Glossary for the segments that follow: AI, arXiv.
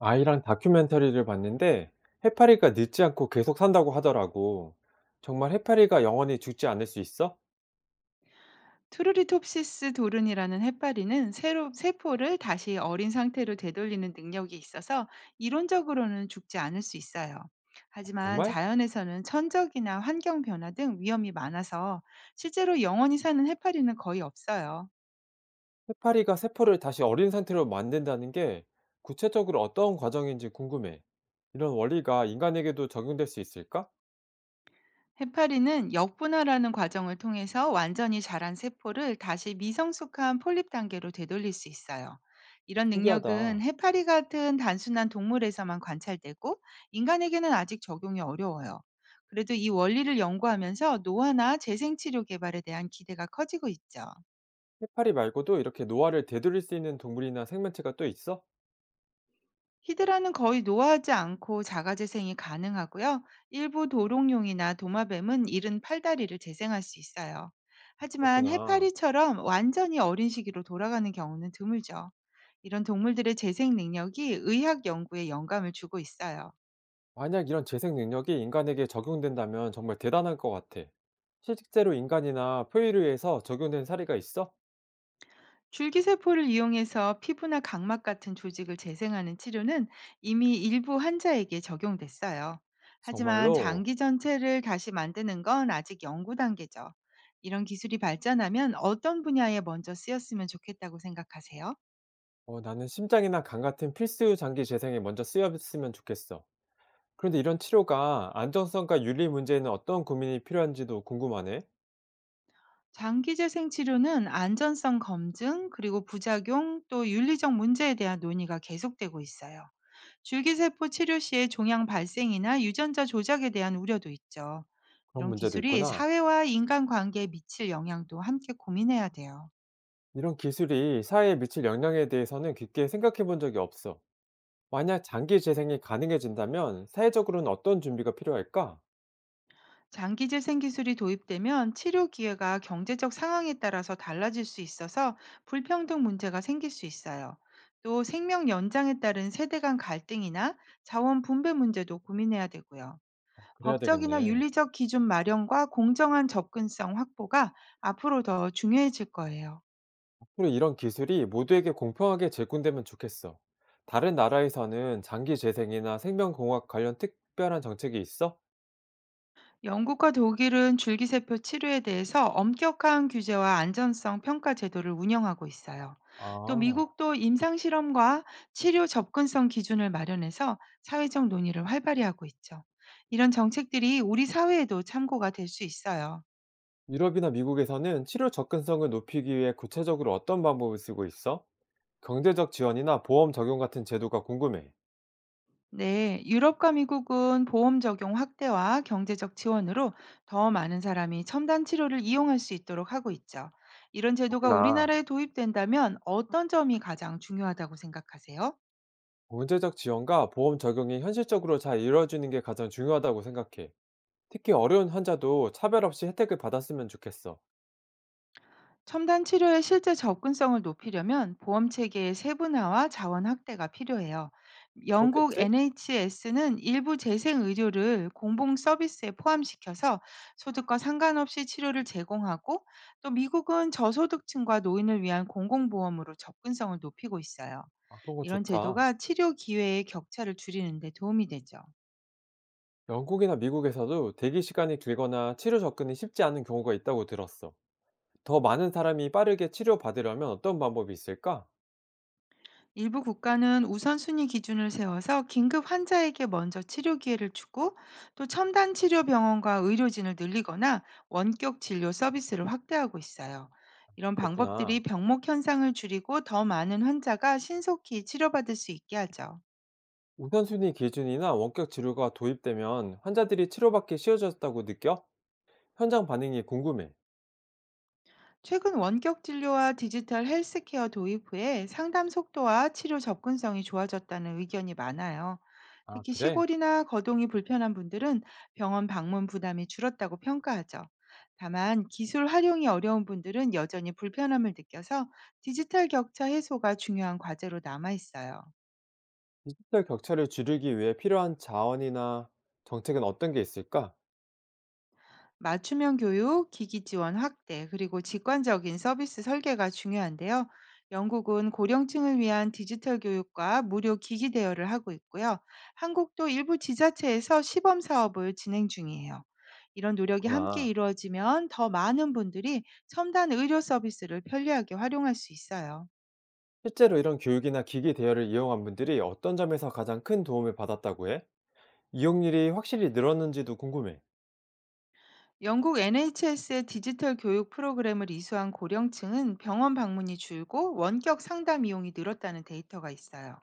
아이랑 다큐멘터리를 봤는데 해파리가 늙지 않고 계속 산다고 하더라고. 정말 해파리가 영원히 죽지 않을 수 있어? 트루리톱시스 도른이라는 해파리는 세포를 다시 어린 상태로 되돌리는 능력이 있어서 이론적으로는 죽지 않을 수 있어요. 하지만 정말? 자연에서는 천적이나 환경 변화 등 위험이 많아서 실제로 영원히 사는 해파리는 거의 없어요. 해파리가 세포를 다시 어린 상태로 만든다는 게 구체적으로 어떤 과정인지 궁금해. 이런 원리가 인간에게도 적용될 수 있을까? 해파리는 역분화라는 과정을 통해서 완전히 자란 세포를 다시 미성숙한 폴립 단계로 되돌릴 수 있어요. 아, 이런 능력은 신기하다. 해파리 같은 단순한 동물에서만 관찰되고 인간에게는 아직 적용이 어려워요. 그래도 이 원리를 연구하면서 노화나 재생치료 개발에 대한 기대가 커지고 있죠. 해파리 말고도 이렇게 노화를 되돌릴 수 있는 동물이나 생명체가 또 있어? 히드라는 거의 노화하지 않고 자가재생이 가능하고요. 일부 도롱뇽이나 도마뱀은 이른 팔다리를 재생할 수 있어요. 하지만 그렇구나. 해파리처럼 완전히 어린 시기로 돌아가는 경우는 드물죠. 이런 동물들의 재생 능력이 의학 연구에 영감을 주고 있어요. 만약 이런 재생 능력이 인간에게 적용된다면 정말 대단할 것 같아. 실제로 인간이나 포유류에서 적용된 사례가 있어? 줄기세포를 이용해서 피부나 각막 같은 조직을 재생하는 치료는 이미 일부 환자에게 적용됐어요. 하지만 정말로. 장기 전체를 다시 만드는 건 아직 연구 단계죠. 이런 기술이 발전하면 어떤 분야에 먼저 쓰였으면 좋겠다고 생각하세요? 나는 심장이나 간 같은 필수 장기 재생에 먼저 쓰였으면 좋겠어. 그런데 이런 치료가 안정성과 윤리 문제에는 어떤 고민이 필요한지도 궁금하네. 장기 재생 치료는 안전성 검증, 그리고 부작용, 또 윤리적 문제에 대한 논의가 계속되고 있어요. 줄기세포 치료 시에 종양 발생이나 유전자 조작에 대한 우려도 있죠. 그런 이런 문제도 기술이 있구나. 사회와 인간 관계에 미칠 영향도 함께 고민해야 돼요. 이런 기술이 사회에 미칠 영향에 대해서는 깊게 생각해 본 적이 없어. 만약 장기 재생이 가능해진다면 사회적으로는 어떤 준비가 필요할까? 장기 재생 기술이 도입되면 치료 기회가 경제적 상황에 따라서 달라질 수 있어서 불평등 문제가 생길 수 있어요. 또 생명 연장에 따른 세대 간 갈등이나 자원 분배 문제도 고민해야 되고요. 그래야 법적이나 되겠네. 윤리적 기준 마련과 공정한 접근성 확보가 앞으로 더 중요해질 거예요. 앞으로 이런 기술이 모두에게 공평하게 제공되면 좋겠어. 다른 나라에서는 장기 재생이나 생명공학 관련 특별한 정책이 있어? 영국과 독일은 줄기세포 치료에 대해서 엄격한 규제와 안전성 평가 제도를 운영하고 있어요. 또 아. 미국도 임상실험과 치료 접근성 기준을 마련해서 사회적 논의를 활발히 하고 있죠. 이런 정책들이 우리 사회에도 참고가 될 수 있어요. 유럽이나 미국에서는 치료 접근성을 높이기 위해 구체적으로 어떤 방법을 쓰고 있어? 경제적 지원이나 보험 적용 같은 제도가 궁금해. 네, 유럽과 미국은 보험 적용 확대와 경제적 지원으로 더 많은 사람이 첨단 치료를 이용할 수 있도록 하고 있죠. 이런 제도가 그렇구나. 우리나라에 도입된다면 어떤 점이 가장 중요하다고 생각하세요? 경제적 지원과 보험 적용이 현실적으로 잘 이루어지는 게 가장 중요하다고 생각해. 특히 어려운 환자도 차별 없이 혜택을 받았으면 좋겠어. 첨단 치료의 실제 접근성을 높이려면 보험 체계의 세분화와 자원 확대가 필요해요. 영국 그렇겠지? NHS는 일부 재생 의료를 공공 서비스에 포함시켜서 소득과 상관없이 치료를 제공하고, 또 미국은 저소득층과 노인을 위한 공공보험으로 접근성을 높이고 있어요. 아, 그런 거 이런 좋다. 제도가 치료 기회의 격차를 줄이는 데 도움이 되죠. 영국이나 미국에서도 대기 시간이 길거나 치료 접근이 쉽지 않은 경우가 있다고 들었어. 더 많은 사람이 빠르게 치료받으려면 어떤 방법이 있을까? 일부 국가는 우선순위 기준을 세워서 긴급 환자에게 먼저 치료 기회를 주고, 또 첨단 치료 병원과 의료진을 늘리거나 원격 진료 서비스를 확대하고 있어요. 이런 방법들이 그렇구나. 병목 현상을 줄이고 더 많은 환자가 신속히 치료받을 수 있게 하죠. 우선순위 기준이나 원격 진료가 도입되면 환자들이 치료받기 쉬워졌다고 느껴? 현장 반응이 궁금해. 최근 원격 진료와 디지털 헬스케어 도입 후에 상담 속도와 치료 접근성이 좋아졌다는 의견이 많아요. 아, 특히 그래? 시골이나 거동이 불편한 분들은 병원 방문 부담이 줄었다고 평가하죠. 다만 기술 활용이 어려운 분들은 여전히 불편함을 느껴서 디지털 격차 해소가 중요한 과제로 남아 있어요. 디지털 격차를 줄이기 위해 필요한 자원이나 정책은 어떤 게 있을까? 맞춤형 교육, 기기 지원 확대, 그리고 직관적인 서비스 설계가 중요한데요. 영국은 고령층을 위한 디지털 교육과 무료 기기 대여를 하고 있고요. 한국도 일부 지자체에서 시범 사업을 진행 중이에요. 이런 노력이 함께 그렇구나. 이루어지면 더 많은 분들이 첨단 의료 서비스를 편리하게 활용할 수 있어요. 실제로 이런 교육이나 기기 대여를 이용한 분들이 어떤 점에서 가장 큰 도움을 받았다고 해? 이용률이 확실히 늘었는지도 궁금해. 영국 NHS의 디지털 교육 프로그램을 이수한 고령층은 병원 방문이 줄고 원격 상담 이용이 늘었다는 데이터가 있어요.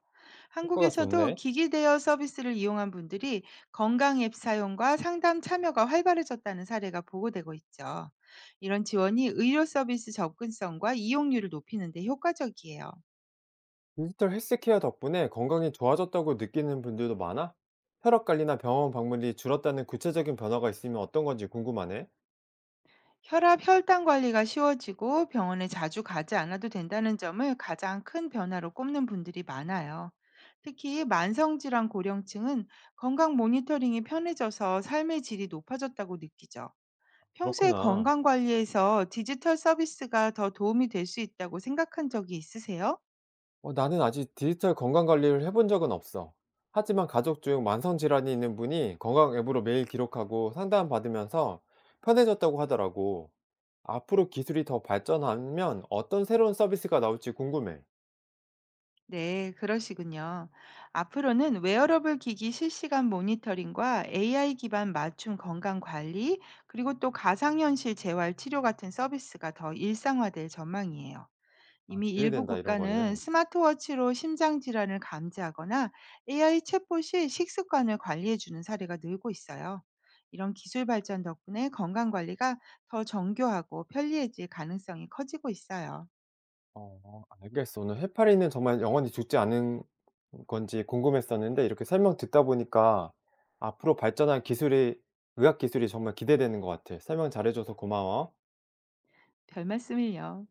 효과가 한국에서도 좋네. 기기 대여 서비스를 이용한 분들이 건강 앱 사용과 상담 참여가 활발해졌다는 사례가 보고되고 있죠. 이런 지원이 의료 서비스 접근성과 이용률을 높이는 데 효과적이에요. 디지털 헬스케어 덕분에 건강이 좋아졌다고 느끼는 분들도 많아? 혈압 관리나 병원 방문이 줄었다는 구체적인 변화가 있으면 어떤 건지 궁금하네. 혈압, 혈당 관리가 쉬워지고 병원에 자주 가지 않아도 된다는 점을 가장 큰 변화로 꼽는 분들이 많아요. 특히 만성질환 고령층은 건강 모니터링이 편해져서 삶의 질이 높아졌다고 느끼죠. 평소에 그렇구나. 건강 관리에서 디지털 서비스가 더 도움이 될 수 있다고 생각한 적이 있으세요? 나는 아직 디지털 건강 관리를 해본 적은 없어. 하지만 가족 중 만성 질환이 있는 분이 건강 앱으로 매일 기록하고 상담받으면서 편해졌다고 하더라고. 앞으로 기술이 더 발전하면 어떤 새로운 서비스가 나올지 궁금해. 네, 그러시군요. 앞으로는 웨어러블 기기 실시간 모니터링과 AI 기반 맞춤 건강 관리, 그리고 또 가상현실 재활 치료 같은 서비스가 더 일상화될 전망이에요. 아, 이미 일부 기대된다, 이런 국가는 거는. 스마트워치로 심장 질환을 감지하거나 AI 챗봇이 식습관을 관리해주는 사례가 늘고 있어요. 이런 기술 발전 덕분에 건강 관리가 더 정교하고 편리해질 가능성이 커지고 있어요. 알겠어. 오늘 해파리는 정말 영원히 죽지 않은 건지 궁금했었는데 이렇게 설명 듣다 보니까 앞으로 발전할 기술이, 의학 기술이 정말 기대되는 것 같아. 설명 잘해줘서 고마워. 별 말씀을요.